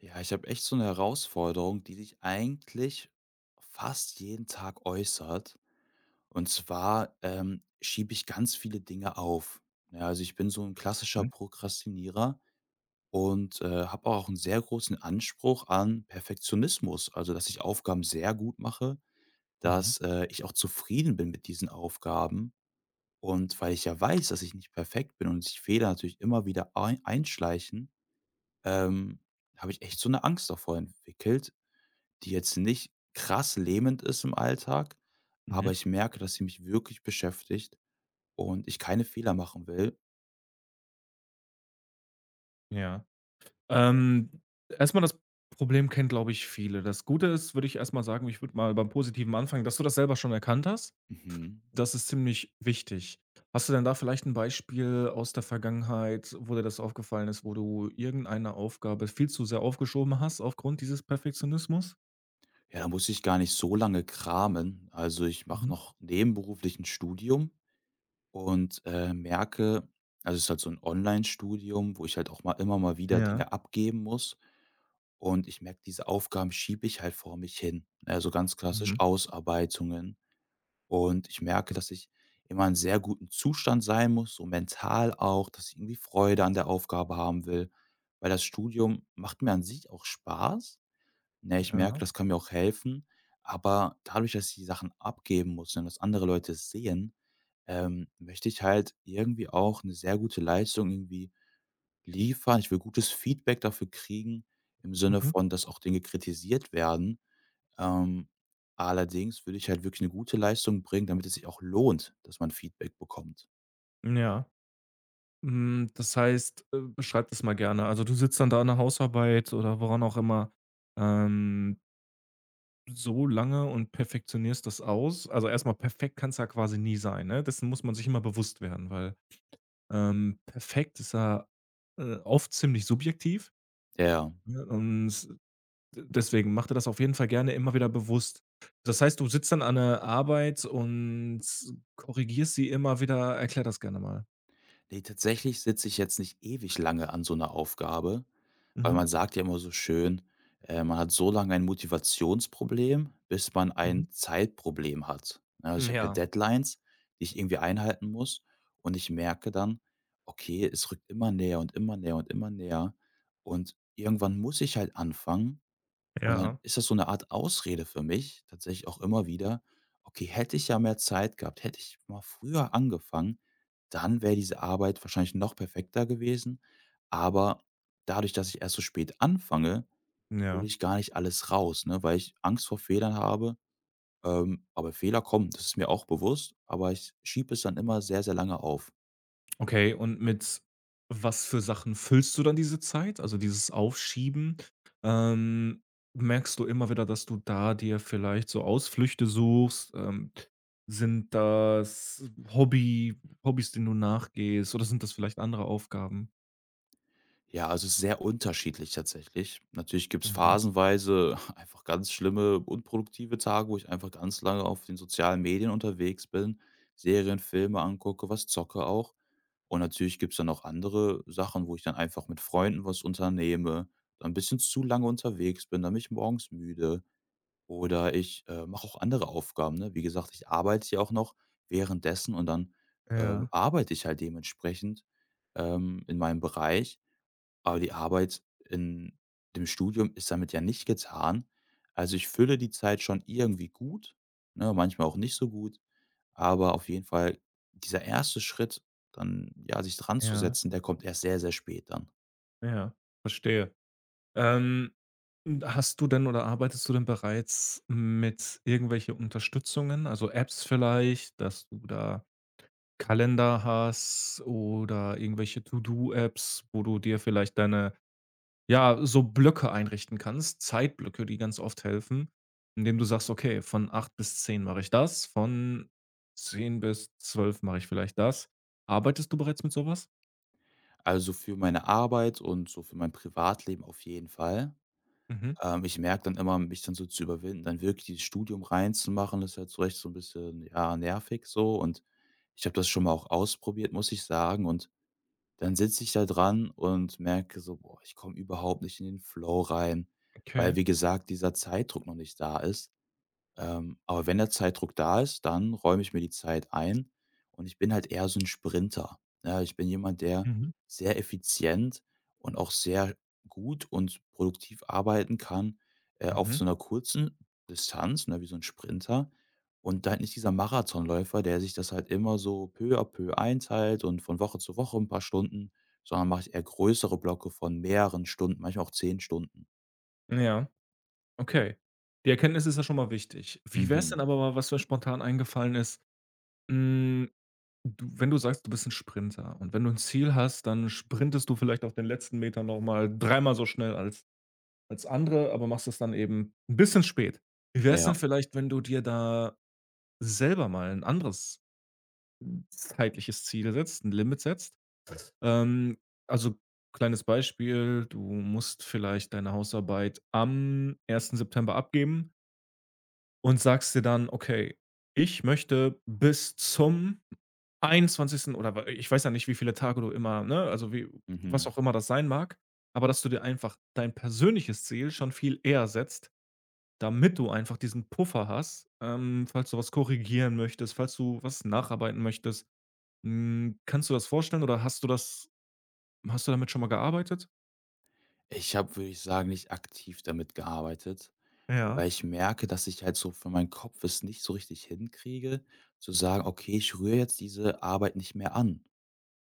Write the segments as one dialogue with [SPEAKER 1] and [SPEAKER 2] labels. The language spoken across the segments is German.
[SPEAKER 1] Ja, ich habe echt so eine Herausforderung, die sich eigentlich fast jeden Tag äußert. Und zwar, schiebe ich ganz viele Dinge auf. Ja, also ich bin so ein klassischer
[SPEAKER 2] Mhm,
[SPEAKER 1] Prokrastinierer und habe auch einen sehr großen Anspruch an Perfektionismus. Also, dass ich Aufgaben sehr gut mache,
[SPEAKER 2] mhm,
[SPEAKER 1] dass ich auch zufrieden bin mit diesen Aufgaben. Und weil ich ja weiß, dass ich nicht perfekt bin und sich Fehler natürlich immer wieder ei einschleichen, ähm, habe ich echt so eine Angst davor entwickelt, die jetzt nicht krass lähmend ist im Alltag, aber
[SPEAKER 2] mhm.
[SPEAKER 1] ich merke, dass sie mich wirklich beschäftigt und ich keine Fehler machen will.
[SPEAKER 2] Ja. Ähm, erst mal das Problem kennen, glaube ich, viele. Das Gute ist, würde ich erst mal sagen, ich würde mal beim Positiven anfangen, dass du das selber schon erkannt hast.
[SPEAKER 1] Mhm.
[SPEAKER 2] Das ist ziemlich wichtig. Hast du denn da vielleicht ein Beispiel aus der Vergangenheit, wo dir das aufgefallen ist, wo du irgendeine Aufgabe viel zu sehr aufgeschoben hast aufgrund dieses Perfektionismus?
[SPEAKER 1] Ja, da muss ich gar nicht so lange kramen. Also ich mache
[SPEAKER 2] Mhm.
[SPEAKER 1] noch nebenberuflich 'n Studium und merke, also es ist halt so ein Online-Studium, wo ich halt auch mal immer mal wieder
[SPEAKER 2] Ja.
[SPEAKER 1] Dinge abgeben muss, und ich merke, diese Aufgaben schiebe ich halt vor mich hin. Also ganz klassisch
[SPEAKER 2] Mhm.
[SPEAKER 1] Ausarbeitungen. Und ich merke, dass ich immer in sehr guten Zustand sein muss, so mental auch, dass ich irgendwie Freude an der Aufgabe haben will, weil das Studium macht mir an sich auch Spaß. Ne, ich merke,
[SPEAKER 2] Ja.
[SPEAKER 1] das kann mir auch helfen, aber dadurch, dass ich die Sachen abgeben muss und dass andere Leute es sehen, möchte ich halt irgendwie auch eine sehr gute Leistung irgendwie liefern. Ich will gutes Feedback dafür kriegen im Sinne
[SPEAKER 2] Mhm.
[SPEAKER 1] von, dass auch Dinge kritisiert werden. Ähm, Allerdings würde ich halt wirklich eine gute Leistung bringen, damit es sich auch lohnt, dass man Feedback bekommt.
[SPEAKER 2] Ja. Hm, das heißt, beschreib das mal gerne. Also, du sitzt dann da an der Hausarbeit oder woran auch immer, ähm so lange und perfektionierst das aus. Also, erstmal mal perfekt kann's ja quasi nie sein, ne? Dessen muss man sich immer bewusst werden, weil, perfekt ist ja, oft ziemlich subjektiv,
[SPEAKER 1] Ja.
[SPEAKER 2] ne? Und s- d deswegen mach dir das auf jeden Fall gerne immer wieder bewusst. Das heißt, du sitzt dann an der Arbeit und korrigierst sie immer wieder. Erklär das gerne mal.
[SPEAKER 1] Ne, tatsächlich sitze ich jetzt nicht ewig lange an so 'ner Aufgabe, weil
[SPEAKER 2] Mhm.
[SPEAKER 1] man sagt ja immer so schön, man hat so lange ein Motivationsproblem, bis man
[SPEAKER 2] Mhm.
[SPEAKER 1] ein Zeitproblem hat. Ne, also, ich habe ja
[SPEAKER 2] Ja,
[SPEAKER 1] Deadlines, die ich irgendwie einhalten muss, und ich merke dann: „Okay, es rückt immer näher und immer näher und immer näher.“ Und irgendwann muss ich halt anfangen. Und dann
[SPEAKER 2] ja,
[SPEAKER 1] ist das so eine Art Ausrede für mich, tatsächlich auch immer wieder: „Okay, hätte ich ja mehr Zeit gehabt, hätte ich mal früher angefangen, dann wäre diese Arbeit wahrscheinlich noch perfekter gewesen.“ Aber dadurch, dass ich erst so spät anfange, hole
[SPEAKER 2] ja.
[SPEAKER 1] ich gar nicht alles raus, ne, weil ich Angst vor Fehlern habe. Aber Fehler kommen, das ist mir auch bewusst, aber ich schiebe es dann immer sehr, sehr lange auf.
[SPEAKER 2] Okay, und mit was für Sachen füllst du dann diese Zeit? Also, dieses Aufschieben, ähm, merkst du immer wieder, dass du da dir vielleicht so Ausflüchte suchst? Sind das Hobbys, denen du nachgehst oder sind das vielleicht andere Aufgaben?
[SPEAKER 1] Ja, also es ist sehr unterschiedlich tatsächlich. Natürlich gibt's
[SPEAKER 2] Mhm.
[SPEAKER 1] phasenweise einfach ganz schlimme, unproduktive Tage, wo ich einfach ganz lange auf den sozialen Medien unterwegs bin, Serien, Filme angucke, was zocke auch. Und natürlich gibt's dann auch andere Sachen, wo ich dann einfach mit Freunden was unternehme, dann 'n bisschen zu lange unterwegs bin, dann bin ich morgens müde, oder ich mache auch andere Aufgaben, ne? Wie gesagt, ich arbeite ja auch noch währenddessen und dann
[SPEAKER 2] Ja,
[SPEAKER 1] arbeite ich halt dementsprechend, in meinem Bereich. Aber die Arbeit in dem Studium ist damit ja nicht getan. Also, ich fülle die Zeit schon irgendwie gut, ne, manchmal auch nicht so gut, aber auf jeden Fall dieser erste Schritt, dann, ja, sich
[SPEAKER 2] ja,
[SPEAKER 1] dranzusetzen, der kommt erst sehr, sehr spät dann.
[SPEAKER 2] ja, verstehe. Ähm, hast du denn oder arbeitest du denn bereits mit irgendwelche Unterstützungen, also Apps vielleicht, dass du da Kalender hast oder irgendwelche To-Do-Apps, wo du dir vielleicht deine ja, so Blöcke einrichten kannst, Zeitblöcke, die ganz oft helfen, indem du sagst: „Okay, von 8 bis 10 mache ich das, von 10 bis 12 mache ich vielleicht das.“ Arbeitest du bereits mit sowas?
[SPEAKER 1] Also, für meine Arbeit und so für mein Privatleben auf jeden Fall.
[SPEAKER 2] Mhm,
[SPEAKER 1] Ich merke dann immer, mich dann so zu überwinden, dann wirklich dieses Studium reinzumachen, das ist halt so echt so ein bisschen, ja, nervig so, und ich habe das schon mal auch ausprobiert, muss ich sagen, und dann sitze ich da dran und merke so: „Boah, ich komme überhaupt nicht in den Flow rein“, weil,
[SPEAKER 2] okay.
[SPEAKER 1] wie gesagt, dieser Zeitdruck noch nicht da ist. Aber wenn der Zeitdruck da ist, dann räume ich mir die Zeit ein, und ich bin halt eher so 'n Sprinter. Ja, ich bin jemand, der
[SPEAKER 2] Mhm,
[SPEAKER 1] sehr effizient und auch sehr gut und produktiv arbeiten kann, auf
[SPEAKER 2] mhm.
[SPEAKER 1] so 'ner kurzen Distanz, ne, wie so 'n Sprinter und halt nicht dieser Marathonläufer, der sich das halt immer so peu à peu einteilt und von Woche zu Woche 'n paar Stunden, sondern mache ich eher größere Blöcke von mehreren Stunden, manchmal auch 10 Stunden.
[SPEAKER 2] Ja, okay. Die Erkenntnis ist ja schon mal wichtig. Wie wäre es
[SPEAKER 1] Mhm.
[SPEAKER 2] denn aber mal, was mir spontan eingefallen ist, hm Du wenn du sagst, du bist ein Sprinter und wenn du ein Ziel hast, dann sprintest du vielleicht auf den letzten Metern noch mal dreimal so schnell als andere, aber machst es dann eben ein bisschen spät. Wie wäre es denn
[SPEAKER 1] Ja.
[SPEAKER 2] vielleicht, wenn du dir da selber mal ein anderes zeitliches Ziel setzt, ein Limit setzt? Ähm, also, kleines Beispiel, du musst vielleicht deine Hausarbeit am 1. September abgeben und sagst dir dann: „Okay, ich möchte bis zum 21., oder wa ich weiß ja nicht, wie viele Tage du immer, ne, also wie was
[SPEAKER 1] Mhm.
[SPEAKER 2] auch immer das sein mag, aber dass du dir einfach dein persönliches Ziel schon viel eher setzt, damit du einfach diesen Puffer hast, falls du was korrigieren möchtest, falls du was nacharbeiten möchtest. Hm, kannst du das vorstellen oder hast du damit schon mal gearbeitet?
[SPEAKER 1] Ich habe, würde ich sagen, nicht aktiv damit gearbeitet,
[SPEAKER 2] Ja.
[SPEAKER 1] weil ich merke, dass ich halt so für meinen Kopf es nicht so richtig hinkriege, zu sagen: „Okay, ich rühre jetzt diese Arbeit nicht mehr an“,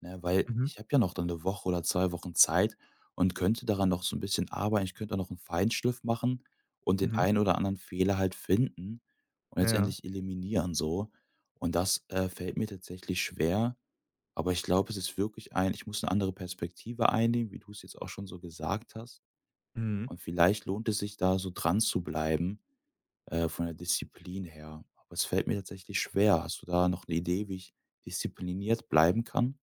[SPEAKER 1] ne? Weil
[SPEAKER 2] Mhm.
[SPEAKER 1] ich habe ja noch dann eine Woche oder 2 Wochen Zeit und könnte daran noch so ein bisschen arbeiten. Ich könnte auch noch einen Feinschliff machen und den
[SPEAKER 2] Mhm.
[SPEAKER 1] einen oder anderen Fehler halt finden und
[SPEAKER 2] Ja.
[SPEAKER 1] letztendlich eliminieren so. Und das fällt mir tatsächlich schwer, aber ich glaube, es ist wirklich ein ich muss eine andere Perspektive einnehmen, wie du es jetzt auch schon so gesagt hast.
[SPEAKER 2] Mhm.
[SPEAKER 1] Und vielleicht lohnt es sich da so dran zu bleiben, von der Disziplin her. Aber es fällt mir tatsächlich schwer. Hast du da noch eine Idee, wie ich diszipliniert bleiben kann?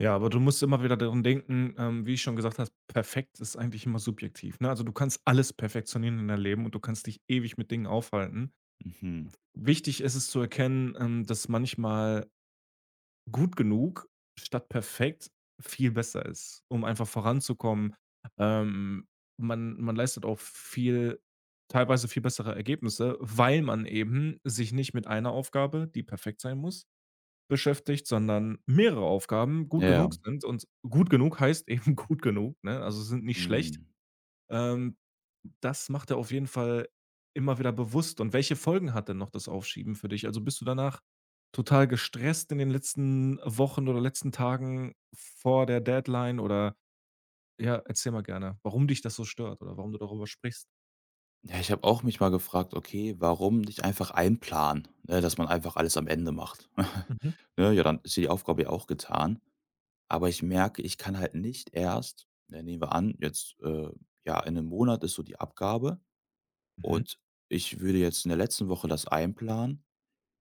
[SPEAKER 2] Ja, aber du musst immer wieder daran denken, wie ich schon gesagt habe, perfekt ist eigentlich immer subjektiv, ne? Also, du kannst alles perfektionieren in deinem Leben und du kannst dich ewig mit Dingen aufhalten.
[SPEAKER 1] Mhm.
[SPEAKER 2] Wichtig ist es zu erkennen, dass manchmal gut genug statt perfekt viel besser ist, um einfach voranzukommen. Ähm, man leistet auch viel teilweise viel bessere Ergebnisse, weil man eben sich nicht mit einer Aufgabe, die perfekt sein muss, beschäftigt, sondern mehrere Aufgaben gut
[SPEAKER 1] Ja.
[SPEAKER 2] genug sind und gut genug heißt eben gut genug, ne? Also, sind nicht schlecht.
[SPEAKER 1] Mhm.
[SPEAKER 2] Ähm, das macht er auf jeden Fall immer wieder bewusst. Und welche Folgen hat denn noch das Aufschieben für dich? Also, bist du danach total gestresst in den letzten Wochen oder letzten Tagen vor der Deadline oder, ja, erzähl mal gerne, warum dich das so stört oder warum du darüber sprichst?
[SPEAKER 1] Ja, ich habe auch mich mal gefragt: „Okay, warum nicht einfach einplanen, ne, dass man einfach alles am Ende macht?“
[SPEAKER 2] Mhm.
[SPEAKER 1] Ne, ja, dann ist ja die Aufgabe ja auch getan. Aber ich merke, ich kann halt nicht erst ne, nehmen wir an, jetzt, ja, in einem Monat ist so die Abgabe,
[SPEAKER 2] Mhm.
[SPEAKER 1] und ich würde jetzt in der letzten Woche das einplanen.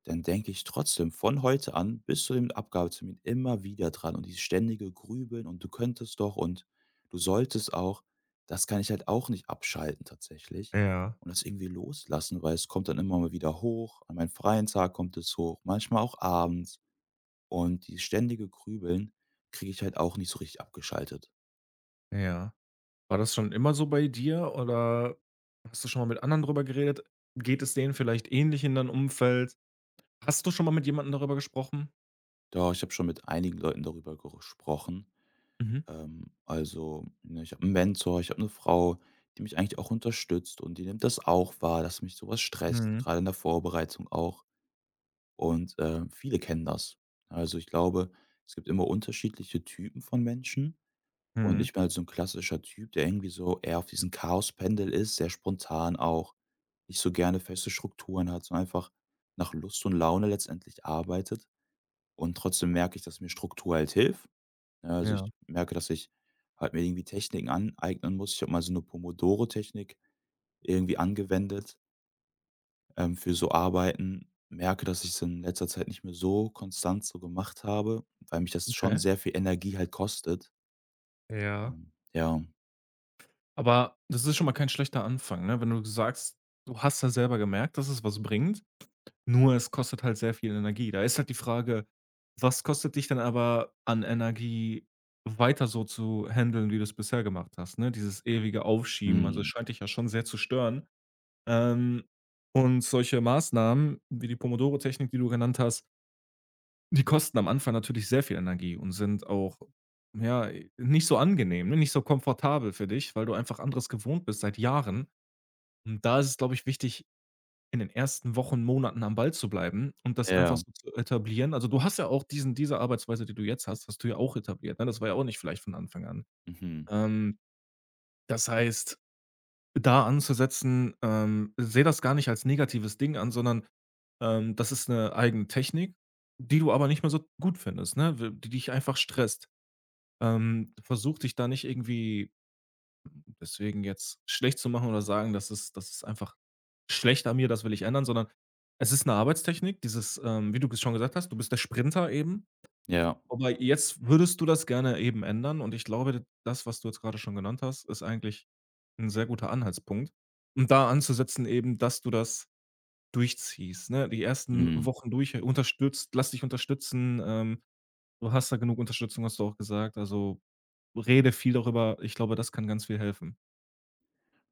[SPEAKER 1] Dann denke ich trotzdem von heute an bis zu dem Abgabetermin immer wieder dran, und dieses ständige Grübeln und du könntest doch und du solltest auch, das kann ich halt auch nicht abschalten tatsächlich
[SPEAKER 2] Ja,
[SPEAKER 1] und das irgendwie loslassen, weil es kommt dann immer mal wieder hoch. An meinem freien Tag kommt es hoch, manchmal auch abends, und dieses ständige Grübeln kriege ich halt auch nicht so richtig abgeschaltet.
[SPEAKER 2] ja. War das schon immer so bei dir oder hast du schon mal mit anderen drüber geredet? Geht es denen vielleicht ähnlich in deinem Umfeld? Hast du schon mal mit jemandem darüber gesprochen?
[SPEAKER 1] Doch, ich habe schon mit einigen Leuten darüber gesprochen.
[SPEAKER 2] Mhm.
[SPEAKER 1] Also, ne, ich habe 'n Mentor, ich habe eine Frau, die mich eigentlich auch unterstützt und die nimmt das auch wahr, dass mich sowas stresst,
[SPEAKER 2] Mhm.
[SPEAKER 1] gerade in der Vorbereitung auch. Und viele kennen das. Also, ich glaube, es gibt immer unterschiedliche Typen von Menschen, und
[SPEAKER 2] Mhm.
[SPEAKER 1] ich bin halt so 'n klassischer Typ, der irgendwie so eher auf diesen Chaospendel ist, sehr spontan auch, nicht so gerne feste Strukturen hat, sondern einfach nach Lust und Laune letztendlich arbeitet. Und trotzdem merke ich, dass mir Struktur halt hilft. Ja, also
[SPEAKER 2] Ja,
[SPEAKER 1] ich merke, dass ich halt mir irgendwie Techniken aneignen muss. Ich habe mal so eine Pomodoro-Technik irgendwie angewendet, für so Arbeiten. Merke, dass ich es in letzter Zeit nicht mehr so konstant so gemacht habe, weil mich das schon
[SPEAKER 2] okay.
[SPEAKER 1] sehr viel Energie halt kostet.
[SPEAKER 2] Ja.
[SPEAKER 1] Ja.
[SPEAKER 2] Aber das ist schon mal kein schlechter Anfang, ne? Wenn du sagst, du hast ja selber gemerkt, dass es was bringt, nur es kostet halt sehr viel Energie. Da ist halt die Frage, was kostet dich denn aber an Energie, weiter so zu handeln, wie du es bisher gemacht hast, ne? Dieses ewige Aufschieben, also es
[SPEAKER 1] Mhm.
[SPEAKER 2] scheint dich ja schon sehr zu stören. Ähm, und solche Maßnahmen wie die Pomodoro-Technik, die du genannt hast, die kosten am Anfang natürlich sehr viel Energie und sind auch, ja, nicht so angenehm, ne, nicht so komfortabel für dich, weil du einfach anderes gewohnt bist seit Jahren. Und da ist es, glaube ich, wichtig, in den ersten Wochen, Monaten am Ball zu bleiben und das einfach
[SPEAKER 1] Ja.
[SPEAKER 2] so zu etablieren. Also, du hast ja auch diese Arbeitsweise, die du jetzt hast, hast du ja auch etabliert, ne? Das war ja auch nicht vielleicht von Anfang an.
[SPEAKER 1] Mhm.
[SPEAKER 2] Ähm, das heißt, da anzusetzen, sehe das gar nicht als negatives Ding an, sondern das ist eine eigene Technik, die du aber nicht mehr so gut findest, ne, w die dich einfach stresst. Versuche dich da nicht irgendwie deswegen jetzt schlecht zu machen oder sagen: das ist einfach schlecht an mir, das will ich ändern“, sondern es ist eine Arbeitstechnik, dieses, wie du es schon gesagt hast, du bist der Sprinter eben,
[SPEAKER 1] Ja.
[SPEAKER 2] aber jetzt würdest du das gerne eben ändern und ich glaube, das, was du jetzt gerade schon genannt hast, ist eigentlich 'n sehr guter Anhaltspunkt, um da anzusetzen eben, dass du das durchziehst, ne? Die ersten
[SPEAKER 1] Mhm.
[SPEAKER 2] Wochen durch unterstützt lass dich unterstützen, du hast da genug Unterstützung, hast du auch gesagt, also, rede viel darüber. Ich glaube, das kann ganz viel helfen.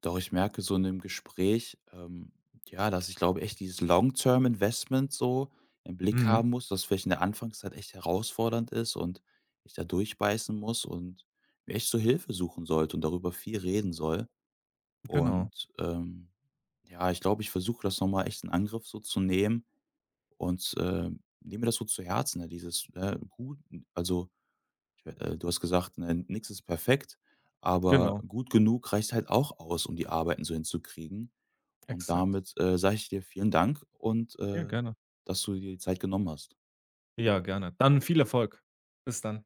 [SPEAKER 1] Doch ich merke so in dem Gespräch, ja, dass ich glaube echt dieses Long-Term-Investment so im Blick
[SPEAKER 2] Mhm.
[SPEAKER 1] haben muss, das vielleicht in der Anfangszeit echt herausfordernd ist, und ich da durchbeißen muss und mir echt so Hilfe suchen sollte und darüber viel reden soll.
[SPEAKER 2] Genau,
[SPEAKER 1] Und ja, ich glaube, ich versuche das nochmal echt in Angriff so zu nehmen und nehme das so zu Herzen, ne, dieses gut, also ich du hast gesagt, ne, nix ist perfekt, aber
[SPEAKER 2] genau,
[SPEAKER 1] gut genug reicht halt auch aus, um die Arbeiten so hinzukriegen. Und
[SPEAKER 2] exakt.
[SPEAKER 1] damit sage ich dir vielen Dank und,
[SPEAKER 2] Ja,
[SPEAKER 1] äh,
[SPEAKER 2] gerne.
[SPEAKER 1] dass du dir die Zeit genommen hast.
[SPEAKER 2] Ja, gerne. Dann viel Erfolg. Bis dann.